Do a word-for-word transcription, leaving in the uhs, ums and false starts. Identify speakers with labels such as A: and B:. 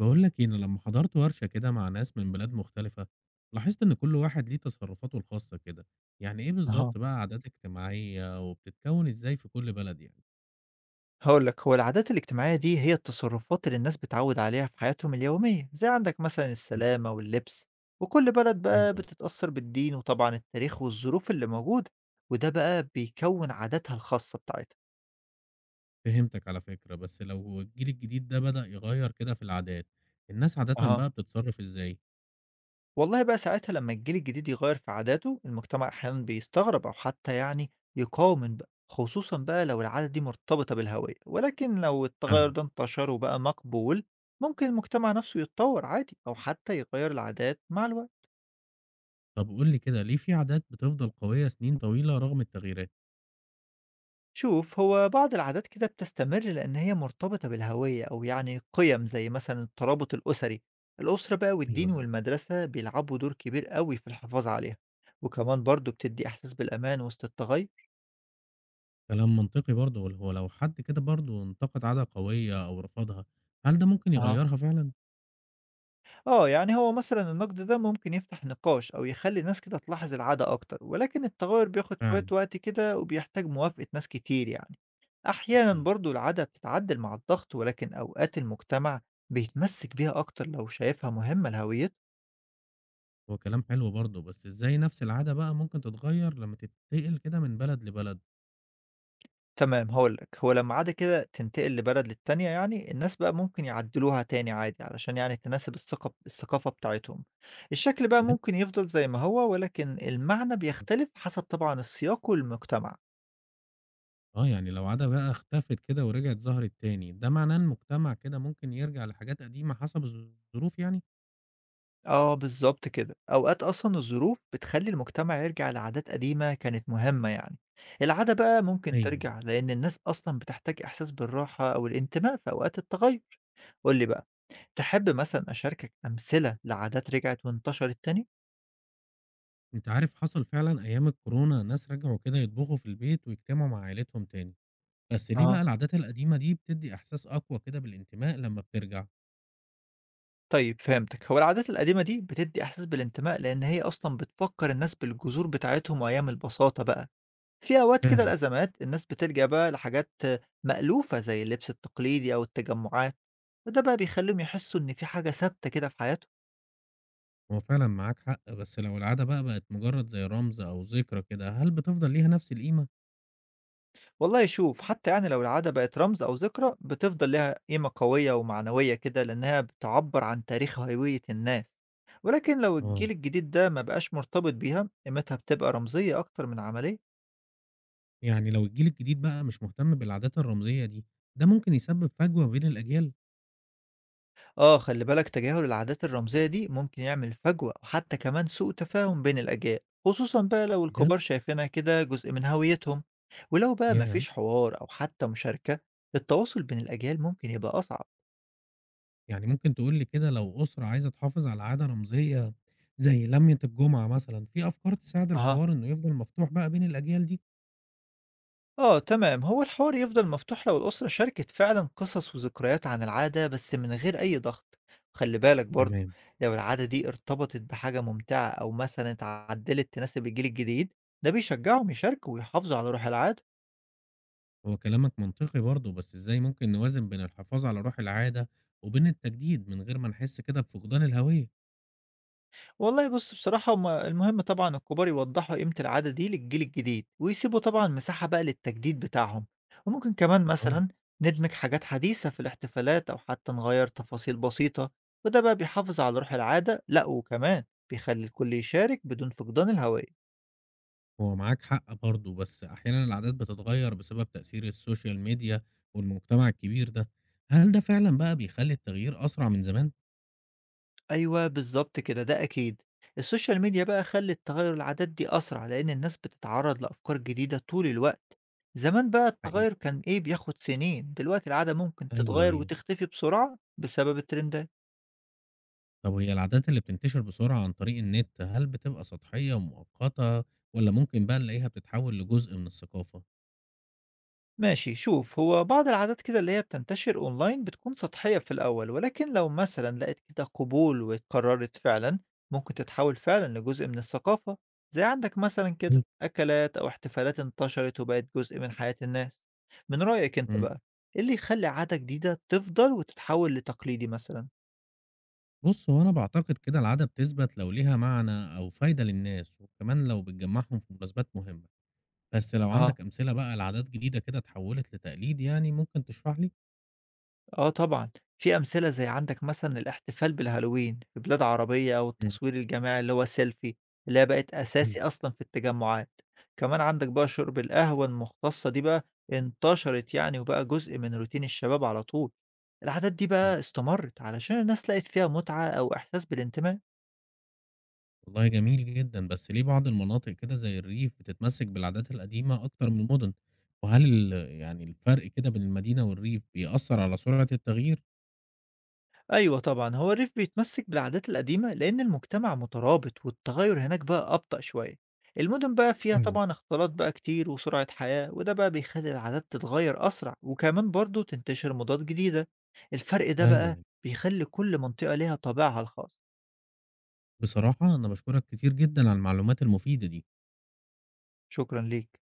A: بقول لك إيه، أنا لما حضرت ورشة كده مع ناس من بلاد مختلفة، لاحظت إن كل واحد ليه تصرفاته الخاصة كده. يعني إيه
B: أها،
A: بالظبط بقى عادات اجتماعية وبتتكون إزاي في كل بلد يعني؟
B: هاقول لك، هو العادات الاجتماعية دي هي التصرفات اللي الناس بتعود عليها في حياتهم اليومية، زي عندك مثلا
A: مم.
B: السلامة واللبس. وكل بلد
A: أيوه
B: بقى
A: أيوه.
B: بتتأثر بالدين وطبعا التاريخ والظروف اللي موجودة، وده بقى بيكون عاداتها الخاصة بتاعتها.
A: فهمتك على فكرة، بس لو الجيل الجديد ده بدأ يغير كده في العادات، الناس عادة بقى بتتصرف إزاي؟
B: والله بقى ساعتها لما الجيل الجديد يغير في عاداته المجتمع أحيانا بيستغرب أو حتى يعني يقاوم بقى، خصوصا بقى لو العادة دي مرتبطة بالهوية، ولكن لو
A: فعلا.
B: التغير ده انتشر وبقى مقبول ممكن المجتمع نفسه يتطور عادي أو حتى يغير العادات مع الوقت.
A: طب قول لي كده، ليه في عادات بتفضل قوية سنين طويلة رغم التغييرات؟
B: شوف، هو بعض العادات كده بتستمر لأن هي مرتبطة بالهوية أو يعني قيم زي مثلا الترابط الأسري. الأسرة بقى
A: ايوه
B: والدين
A: ايوه.
B: والمدرسة بيلعبوا دور كبير قوي في الحفاظ عليها، وكمان برضو بتدي إحساس بالأمان وسط التغير.
A: كلام منطقي برضه، هو لو حد كده برضه انتقد عادة قوية أو رفضها، هل ده ممكن
B: أها.
A: يغيرها فعلا؟
B: آه، يعني هو مثلًا النقد ده ممكن يفتح نقاش أو يخلّي الناس كده تلاحظ العادة أكتر، ولكن التغيّر بياخد شوية
A: فعلا.
B: وقت كده وبيحتاج موافقة ناس كتير يعني. أحيانًا
A: أكيد.
B: برضه العادة بتتعدل مع الضغط، ولكن أوقات المجتمع بيتمسك بيها أكتر لو شايفها مهمة لهويته.
A: هو كلام حلو برضه، بس إزاي نفْس العادة بقى ممكن تتغيّر لمّا تتنقل كده من بلد لبلد؟
B: تمام، هاقول لك، هو لمّا عادة كده تنتقل لبلد للتانية يعني، الناس بقى ممكن يعدلوها تاني عادي علشان يعني تناسب الثقة الثقافة بتاعتهم. الشكل بقى
A: بجد.
B: ممكن يفضل زي ما هو، ولكن المعنى بيختلف حسب طبعًا السياق والمجتمع.
A: آه، يعني لو عادة بقى اختفت كده ورجعت ظهرت تاني، ده معناه إن المجتمع كده ممكن يرجع لحاجات قديمة حسب الظروف يعني؟
B: آه بالضبط كده، أوقات أصلًا الظروف بتخلّي المجتمع يرجع لعادات قديمة كانت مهمة يعني، العادة بقى ممكن
A: أيوه.
B: ترجع لإن الناس أصلًا بتحتاج إحساس بالراحة أو الانتماء في أوقات التغيُّر. قُل لي بقى، تحب مثلًا أشاركك أمثلة لعادات رجعت وانتشرت تاني؟
A: أنت عارف حصل فعلًا أيام الكورونا، ناس رجعوا كده يطبخوا في البيت ويجتمعوا مع عيلتهم تاني، بس ليه بقى
B: أها.
A: العادات القديمة دي بتدّي إحساس أقوى كده بالانتماء لمّا بترجع؟
B: طيب فهمتك، هو العادات القديمة دي بتدّي إحساس بالانتماء لإن هي أصلًا بتفكّر الناس بالجذور بتاعتهم وأيام البساطة بقى. في أوقات كده
A: فعلًا.
B: الأزمات الناس بتلجأ بقى لحاجات مألوفة زي اللبس التقليدي أو التجمعات، وده بقى بيخليهم يحسوا إن في حاجة ثابتة كده في حياتهم.
A: هو فعلًا معاك حق، بس لو العادة بقى بقت مجرد زي رمز أو ذكرى كده، هل بتفضل ليها نفْس القيمة؟
B: والله شوف، حتى يعني لو العادة بقت رمز أو ذكرى بتفضل لها قيمة قوية ومعنوية كده لأنها بتعبر عن تاريخ هوية الناس، ولكن لو
A: آه.
B: الجيل الجديد ده ما بقاش مرتبط بيها قيمتها بتبقى رمزية أكتر من عملية.
A: يعني لو الجيل الجديد بقى مش مهتم بالعادات الرمزية دي، ده ممكن يسبب فجوة بين الأجيال؟
B: آه، خلي بالك تجاهل العادات الرمزية دي ممكن يعمل فجوة وحتى كمان سوء تفاهم بين الأجيال، خصوصا بقى لو
A: بجد؟
B: الكبار شايفينها كده جزء من هويتهم. ولو بقى
A: ياه!
B: مفيش حوار أو حتى مشاركة التواصل بين الأجيال ممكن يبقى أصعب.
A: يعني ممكن تقول لي كده، لو أسرة عايزة تحافظ على عادة رمزية زي لمية الجمعة مثلًا، في أفكار تساعد
B: أها.
A: الحوار إنه يفضل مفتوح بقى بين الأجيال دي؟
B: آه تمام، هو الحوار يفضل مفتوح لو الأسرة شاركت فعلا قصص وذكريات عن العادة بس من غير أي ضغط. خلي بالك برضه
A: تمام.
B: لو العادة دي ارتبطت بحاجة ممتعة أو مثلا اتعدلت تناسب الجيل الجديد ده بيشجعهم يشاركوا ويحافظوا على روح العادة.
A: هو كلامك منطقي برضه، بس إزاي ممكن نوازن بين الحفاظ على روح العادة وبين التجديد من غير ما نحس كده بفقدان الهوية؟
B: والله بُص، بصراحة هُم المهم طبعًا الكبار يوضّحوا قيمة العادة دي للجيل الجديد، ويسيبوا طبعًا مساحة بقى للتجديد بتاعهم، وممكن كمان
A: آه.
B: مثلًا ندمج حاجات حديثة في الاحتفالات أو حتى نغيّر تفاصيل بسيطة، وده بقى بيحافظ على روح العادة، لأ وكمان بيخلّي الكل يشارك بدون فقدان الهوية.
A: هو معاك حق برضه، بس أحيانًا العادات بتتغيّر بسبب تأثير السوشيال ميديا والمجتمع الكبير ده. هل ده فعلًا بقى بيخلّي التغيير أسرع من زمان؟
B: أيوه بالضبط كده، ده أكيد. السوشيال ميديا بقى خلّت تغيّر العادات دي أسرع، لإن الناس بتتعرّض لأفكار جديدة طول الوقت. زمان بقى
A: حقيقي.
B: التغيّر كان إيه، بياخد سنين، دلوقتي العادة ممكن
A: أيوه،
B: تتغيّر
A: أيوه.
B: وتختفي بسرعة بسبب الترندات.
A: طب وهي العادات اللي بتنتشر بسرعة عن طريق النت، هل بتبقى سطحية ومؤقتة والّا ممكن بقى نلاقيها بتتحوّل لجزء من الثقافة؟
B: ماشي شوف، هو بعض العادات كده اللي هي بتنتشر اونلاين بتكون سطحية في الاول، ولكن لو مثلا لقيت كده قبول واتكررت فعلا ممكن تتحول فعلا لجزء من الثقافة، زي عندك مثلا كده
A: إمم.
B: اكلات او احتفالات انتشرت وبقت جزء من حياة الناس. من رأيك انت
A: إمم.
B: بقى ايه اللي يخلي عادة جديدة تفضل وتتحول لتقليدي مثلا؟
A: بُص، هو أنا باعتقد كده العادة بتثبت لو ليها معنى أو فايدة للناس، وكمان لو بتجمّعهم في مناسبات مهمة. بس لو عندك أمثلة بقى لعادات جديدة كده اتحوّلت لتقليد، يعني ممكن تشرح لي؟
B: آه طبعًا، في أمثلة زي عندك مثلًا الاحتفال بالهالوين في بلاد عربية أو التصوير الجماعي اللي هو السيلفي، اللي هي بقت
A: إمم.
B: أساسي أصلًا في التجمعات. كمان عندك بقى شرب القهوة المختصّة دي بقى انتشرت يعني وبقى جزء من روتين الشباب على طول. العادات دي
A: إمم.
B: بقى استمرت علشان الناس لقت فيها متعة أو إحساس بالانتماء.
A: والله جميل جدًا، بس ليه بعض المناطق كده زي الريف بتتمسّك بالعادات القديمة أكتر من المُدن؟ وهل ال يعني الفرق كده بين المدينة والريف بيأثّر على سرعة التغيير؟
B: أيوه طبعًا، هو الريف بيتمسّك بالعادات القديمة لإن المجتمع مترابط والتغيُّر هناك بقى أبطأ شوية. المدن بقى فيها
A: فعلًا.
B: طبعًا اختلاط بقى كتير وسرعة حياة وده بقى بيخلّي العادات تتغيّر أسرع وكمان برضه تنتشر مُضادات جديدة. الفرق ده
A: أيوه،
B: بقى
A: أيوه.
B: بيخلّي كل منطقة ليها طابعها الخاص.
A: بصراحة أنا باشكرك كتير جدًا على المعلومات المفيدة دي.
B: شكرًا ليك.